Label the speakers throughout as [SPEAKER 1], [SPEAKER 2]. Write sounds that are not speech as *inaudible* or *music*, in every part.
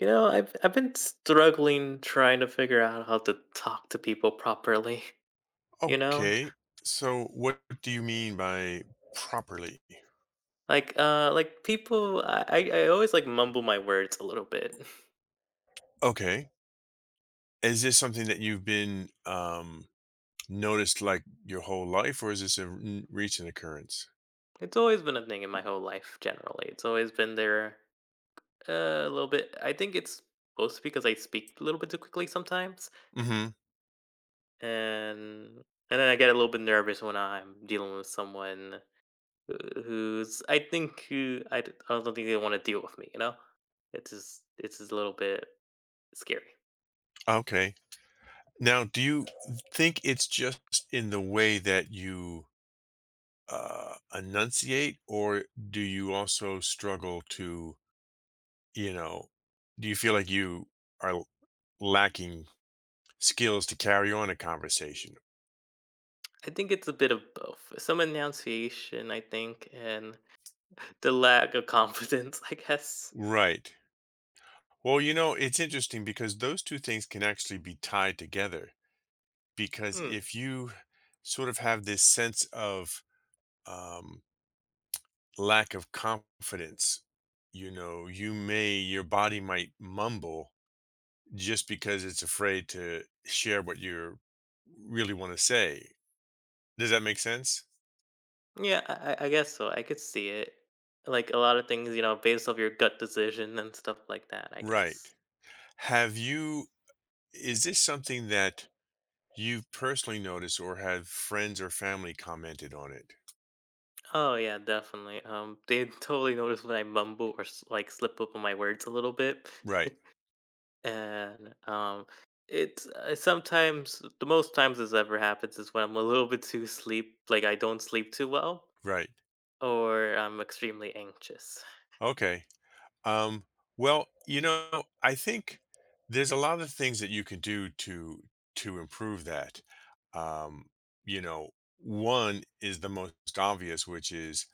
[SPEAKER 1] You know, I've been struggling trying to figure out how to talk to people properly. *laughs* You know,
[SPEAKER 2] Okay. So what do you mean by properly?
[SPEAKER 1] like people, I always like mumble my words a little bit. *laughs*
[SPEAKER 2] Okay. Is this something that you've been noticed like your whole life, or is this a recent occurrence?
[SPEAKER 1] It's always been a thing in my whole life. Generally, it's always been there a little bit. I think it's mostly because I speak a little bit too quickly sometimes,
[SPEAKER 2] Mhm.
[SPEAKER 1] and and then I get a little bit nervous when I'm dealing with someone who's I think who I don't think they want to deal with me. You know, it's just a little bit. Scary.
[SPEAKER 2] Okay. Now, do you think it's just in the way that you enunciate, or do you also struggle to, you know, do you feel like you are lacking skills to carry on a conversation?
[SPEAKER 1] I think it's a bit of both. Some enunciation, I think, and the lack of confidence, *laughs* I guess.
[SPEAKER 2] Right. Well, it's interesting because those two things can actually be tied together. Because
[SPEAKER 1] Mm,
[SPEAKER 2] if you sort of have this sense of um, lack of confidence, you may, your body might mumble just because it's afraid to share what you really want to say. Does that make sense?
[SPEAKER 1] yeah, I guess so. I could see it. Like a lot of things, you know, based off your gut decision and stuff like that, I
[SPEAKER 2] Right.
[SPEAKER 1] guess.
[SPEAKER 2] Have you, is this something that you've personally noticed, or have friends or family commented on it?
[SPEAKER 1] Oh yeah, definitely. *laughs* They totally notice when I mumble or like slip up on my words a little bit,
[SPEAKER 2] Right,
[SPEAKER 1] *laughs* and it's sometimes the most times this ever happens is when I'm a little bit too sleep, like I don't sleep too well.
[SPEAKER 2] right.
[SPEAKER 1] Or I'm extremely anxious.
[SPEAKER 2] Okay. Um, well, I think there's a lot of things that you can do to improve that. Um, you know, one is the most obvious, which is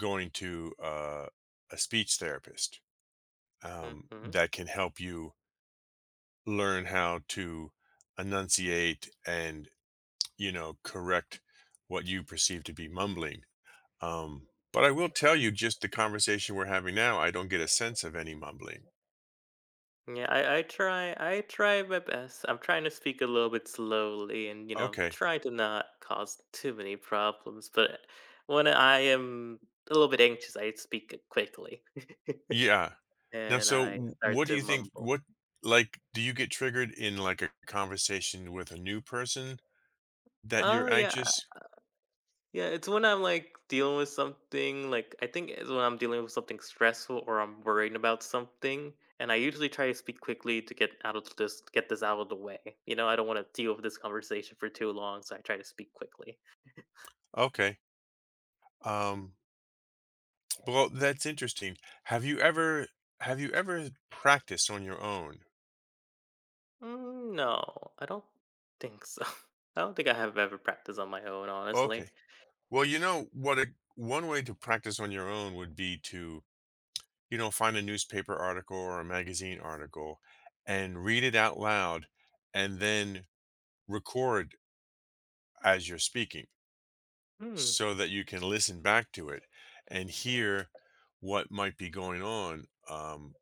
[SPEAKER 2] going to a speech therapist
[SPEAKER 1] Mhm.
[SPEAKER 2] that can help you learn how to enunciate and correct what you perceive to be mumbling. Um, but I will tell you, just the conversation we're having now, I don't get a sense of any mumbling.
[SPEAKER 1] Yeah, I try my best. I'm trying to speak a little bit slowly and, you know,
[SPEAKER 2] Okay,
[SPEAKER 1] try to not cause too many problems, but when I am a little bit anxious, I speak quickly. *laughs*
[SPEAKER 2] yeah. Now,
[SPEAKER 1] And
[SPEAKER 2] so
[SPEAKER 1] I start
[SPEAKER 2] what do
[SPEAKER 1] to
[SPEAKER 2] you think?
[SPEAKER 1] mumble.
[SPEAKER 2] What, like, do you get triggered in, like, a conversation with a new person, that
[SPEAKER 1] Oh,
[SPEAKER 2] you're
[SPEAKER 1] yeah.
[SPEAKER 2] anxious?
[SPEAKER 1] Yeah, it's when I'm like dealing with something, like I think it's when I'm dealing with something stressful or I'm worrying about something, and I usually try to speak quickly to get out of this, get this out of the way. You know, I don't want to deal with this conversation for too long, so I try to speak quickly.
[SPEAKER 2] Okay. Um, well, that's interesting. Have you ever practiced on your own?
[SPEAKER 1] Mm, no, I don't think so. *laughs* I don't think I have ever practiced on my own, honestly.
[SPEAKER 2] Okay. Well, you know what, a one way to practice on your own would be to, find a newspaper article or a magazine article and read it out loud and then record as you're speaking
[SPEAKER 1] Hmm.
[SPEAKER 2] so that you can listen back to it and hear what might be going on.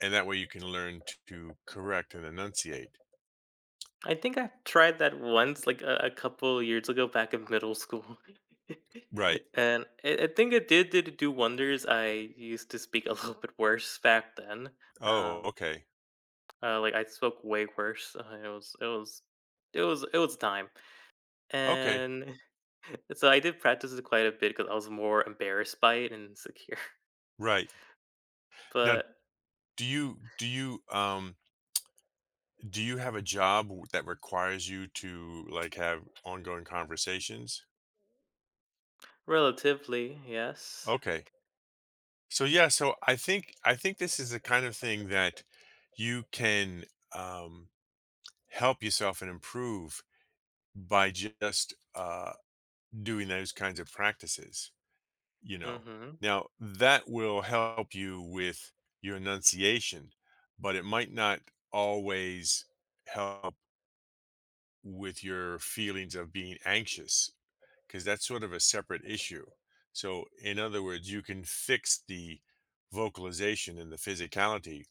[SPEAKER 2] And that way you can learn to correct and enunciate.
[SPEAKER 1] I think I tried that once, like a couple years ago, back in middle school,
[SPEAKER 2] Right.
[SPEAKER 1] *laughs* and I think it did do wonders. I used to speak a *laughs* little bit worse back then.
[SPEAKER 2] Oh,
[SPEAKER 1] Um,
[SPEAKER 2] okay.
[SPEAKER 1] like I spoke way worse. It was time,
[SPEAKER 2] Okay.
[SPEAKER 1] and *laughs* so I did practice it quite a bit because I was more embarrassed by it and insecure. *laughs*
[SPEAKER 2] Right. Now,
[SPEAKER 1] But
[SPEAKER 2] do you do you um do you have a job that requires you to, like, have ongoing conversations?
[SPEAKER 1] relatively, yes.
[SPEAKER 2] Okay. So yeah, so I think this is the kind of thing that you can um help yourself and improve by just doing those kinds of practices, you know.
[SPEAKER 1] Mm-hmm.
[SPEAKER 2] Now, that will help you with your enunciation, but it might not always help with your feelings of being anxious, because that's sort of a separate issue. So, in other words, you can fix the vocalization and the physicality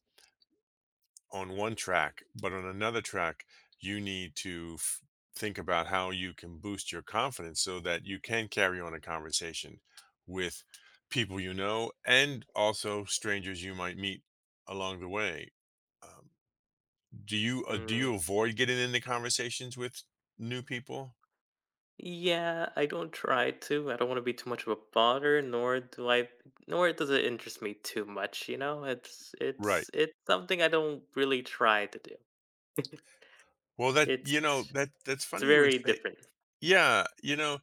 [SPEAKER 2] on one track, but on another track, you need to think about how you can boost your confidence so that you can carry on a conversation with people you know and also strangers you might meet along the way. Um, do
[SPEAKER 1] Mm.
[SPEAKER 2] you avoid getting into conversations with new people?
[SPEAKER 1] Yeah, I don't try to. I don't want to be too much of a bother, nor do I, nor does it interest me too much. You know, it's
[SPEAKER 2] Right.
[SPEAKER 1] it's it's something I don't really try to do. *laughs*
[SPEAKER 2] Well, that
[SPEAKER 1] It's
[SPEAKER 2] that that's
[SPEAKER 1] it's
[SPEAKER 2] funny you would
[SPEAKER 1] very
[SPEAKER 2] say.
[SPEAKER 1] different.
[SPEAKER 2] Yeah,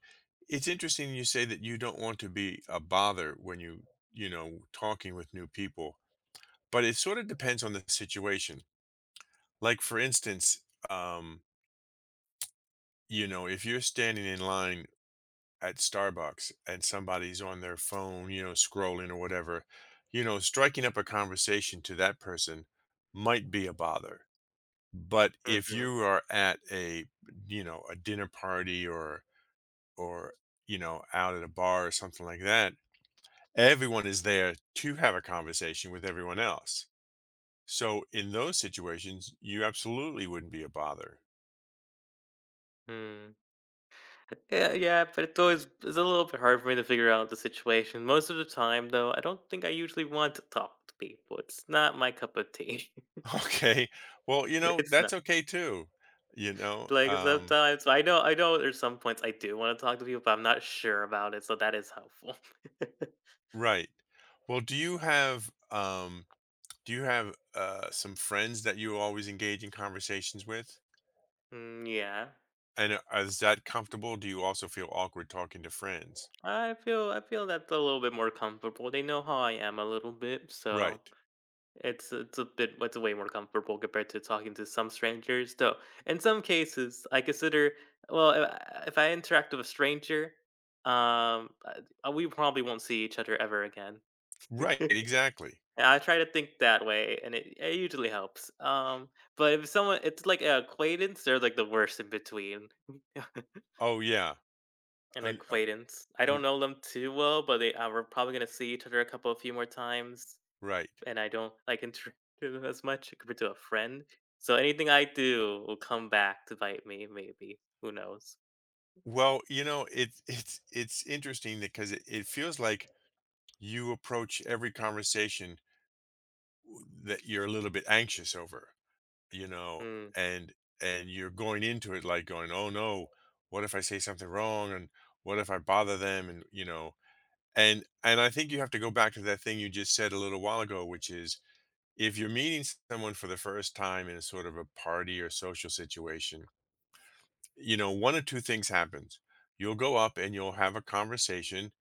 [SPEAKER 2] it's interesting you say that you don't want to be a bother when you know talking with new people. But it sort of depends on the situation. Like, for instance, um, if you're standing in line at Starbucks and somebody's on their phone, scrolling or whatever, striking up a conversation to that person might be a bother. But if
[SPEAKER 1] Mm-hmm, hmm.
[SPEAKER 2] you are at a dinner party, or, out at a bar or something like that, everyone is there to have a conversation with everyone else. So in those situations, you absolutely wouldn't be a bother. *laughs*
[SPEAKER 1] Mm. Yeah, yeah, but it's a little bit hard for me to figure out the situation. Most of the time, though, I don't think I usually want to talk to people. It's not my cup of tea.
[SPEAKER 2] Okay. Well,
[SPEAKER 1] *laughs* It's not.
[SPEAKER 2] that's okay too. You know,
[SPEAKER 1] Like,
[SPEAKER 2] um,
[SPEAKER 1] sometimes I know there's some points I do wanna talk to people, but I'm not sure about it, so that is helpful. *laughs*
[SPEAKER 2] right. Well, do you have some friends that you always engage in conversations with?
[SPEAKER 1] Mm, yeah.
[SPEAKER 2] And is that comfortable? Do you also feel awkward talking to friends?
[SPEAKER 1] I feel that's a little bit more comfortable. They know how I am a little bit, so
[SPEAKER 2] Right.
[SPEAKER 1] it's a bit it's way more comfortable compared to talking to some strangers, though in some cases, I consider well, if I interact with a stranger, um, we probably won't see each other ever again.
[SPEAKER 2] Right,
[SPEAKER 1] *laughs*
[SPEAKER 2] exactly.
[SPEAKER 1] Yeah, I try to think that way, and it usually helps. But if someone, it's like an acquaintance, they're like the worst in between. *laughs*
[SPEAKER 2] Oh yeah.
[SPEAKER 1] An
[SPEAKER 2] Uh, uh,
[SPEAKER 1] acquaintance. I don't
[SPEAKER 2] w-
[SPEAKER 1] know them too well, but they we're probably gonna see each other a few more times,
[SPEAKER 2] right.
[SPEAKER 1] and I don't *laughs* like interact with them as much compared to a friend. So anything I do will come back to bite me. Maybe who knows?
[SPEAKER 2] Well, it it's interesting, because it feels like you approach every conversation that you're a little bit anxious over you know
[SPEAKER 1] Mm,
[SPEAKER 2] and you're going into it like going, oh no, what if I say something wrong, and what if I bother them, and I think you have to go back to that thing you just said a little while ago, which is, if you're meeting someone for the first time in a sort of a party or social situation, one of two things happens. You'll go up and you'll have a conversation,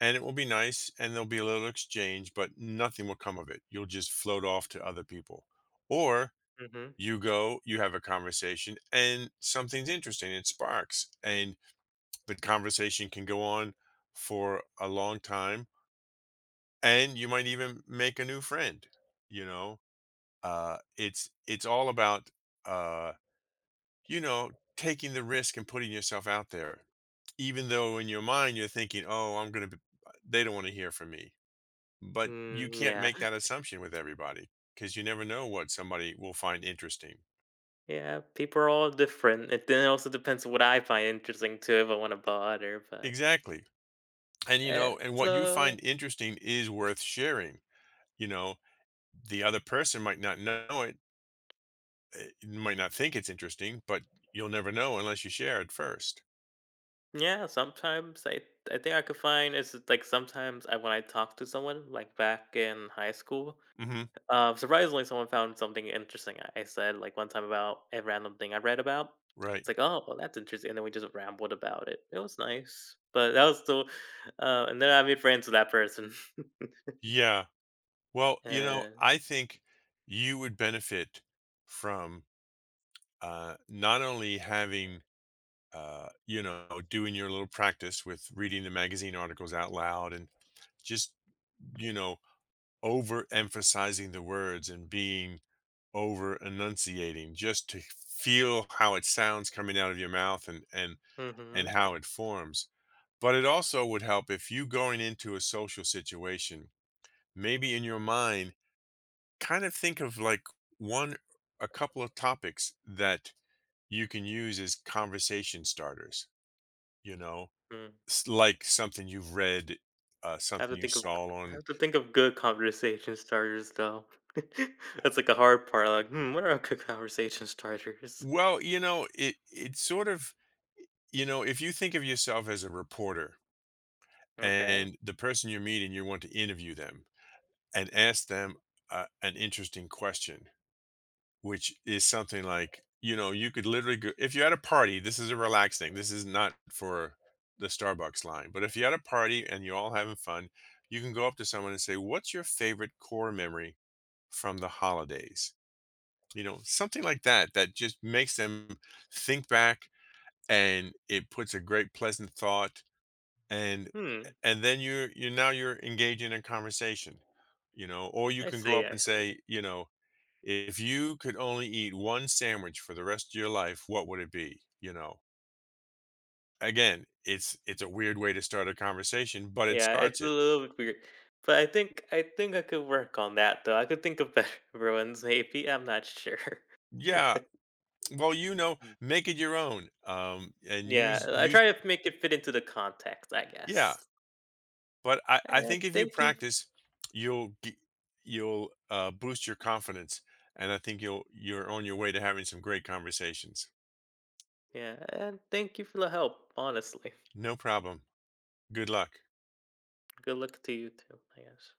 [SPEAKER 2] and it will be nice, and there'll be a little exchange, but nothing will come of it. You'll just float off to other people. Or
[SPEAKER 1] hmm.
[SPEAKER 2] you go, you have a conversation, and something's interesting, it sparks, and the conversation can go on for a long time, and you might even make a new friend, you know. It's all about uh taking the risk and putting yourself out there, even though in your mind you're thinking, oh, I'm going to, they don't want to hear from me. But you
[SPEAKER 1] Mm,
[SPEAKER 2] can't
[SPEAKER 1] yeah,
[SPEAKER 2] make that assumption with everybody, because you never know what somebody will find interesting.
[SPEAKER 1] yeah. People are all different. It then also depends on what I find interesting too. If I want to bother, but
[SPEAKER 2] Exactly. And, what you
[SPEAKER 1] So
[SPEAKER 2] find interesting is worth sharing. You know, the other person might not know it, might not think it's interesting, but you'll never know unless you share it 1st.
[SPEAKER 1] yeah, sometimes I think I could find is like sometimes I when I talk to someone like back in high school,
[SPEAKER 2] Hmm.
[SPEAKER 1] surprisingly someone found something interesting. I said like one time about a random thing I read about.
[SPEAKER 2] Right.
[SPEAKER 1] It's like, oh well that's interesting, and then we just rambled about it. It was nice, but that was still, and then I made friends with that person. *laughs*
[SPEAKER 2] Yeah. Well,
[SPEAKER 1] And
[SPEAKER 2] I think you would benefit from not only having, doing your little practice with reading the magazine articles out loud and just, you know, overemphasizing the words and being over enunciating just to feel how it sounds coming out of your mouth, and how it forms. But it also would help if you, going into a social situation, maybe in your mind, kind of think of like one a couple of topics that you can use as conversation starters you know
[SPEAKER 1] hmm,
[SPEAKER 2] Like, something you've read,
[SPEAKER 1] I have to
[SPEAKER 2] something you
[SPEAKER 1] think of
[SPEAKER 2] saw
[SPEAKER 1] I
[SPEAKER 2] on.
[SPEAKER 1] have to think of good conversation starters, though. *laughs* That's, like, a hard part, like, "Hmm, what are good conversation starters?
[SPEAKER 2] Well, it's sort of, if you think of yourself as a reporter,
[SPEAKER 1] Okay.
[SPEAKER 2] and the person you're meeting, you want to interview them and ask them an interesting question. Which is something like, you could literally go, if you're at a party, this is a relaxed thing, this is not for the Starbucks line, but if you're at a party and you're all having fun, you can go up to someone and say, "What's your favorite core memory from the holidays?" Something like that, that just makes them think back, and it puts a great pleasant thought, and
[SPEAKER 1] Hmm,
[SPEAKER 2] then you're you now you're engaging in a conversation, you know, or you
[SPEAKER 1] I
[SPEAKER 2] can go
[SPEAKER 1] see,
[SPEAKER 2] up
[SPEAKER 1] I
[SPEAKER 2] and
[SPEAKER 1] see."
[SPEAKER 2] say, if you could only eat one sandwich for the rest of your life, what would it be? You know, again, it's a weird way to start a conversation, but it
[SPEAKER 1] Yeah, it's
[SPEAKER 2] starts
[SPEAKER 1] a
[SPEAKER 2] it.
[SPEAKER 1] little bit weird, but I think I could work on that, though. I could think of better *laughs* ones maybe, I'm not sure.
[SPEAKER 2] Yeah,
[SPEAKER 1] *laughs*
[SPEAKER 2] well,
[SPEAKER 1] Mm.
[SPEAKER 2] make it your own, and
[SPEAKER 1] Yeah,
[SPEAKER 2] use
[SPEAKER 1] I try to make it fit into the context, I
[SPEAKER 2] yeah.
[SPEAKER 1] guess.
[SPEAKER 2] But I
[SPEAKER 1] And
[SPEAKER 2] think if you
[SPEAKER 1] thank you
[SPEAKER 2] practice, you'll boost your confidence, and I think you're on your way to having some great conversations.
[SPEAKER 1] Yeah, and thank you for the help, honestly.
[SPEAKER 2] No problem. Good luck.
[SPEAKER 1] Good luck to you too, I guess.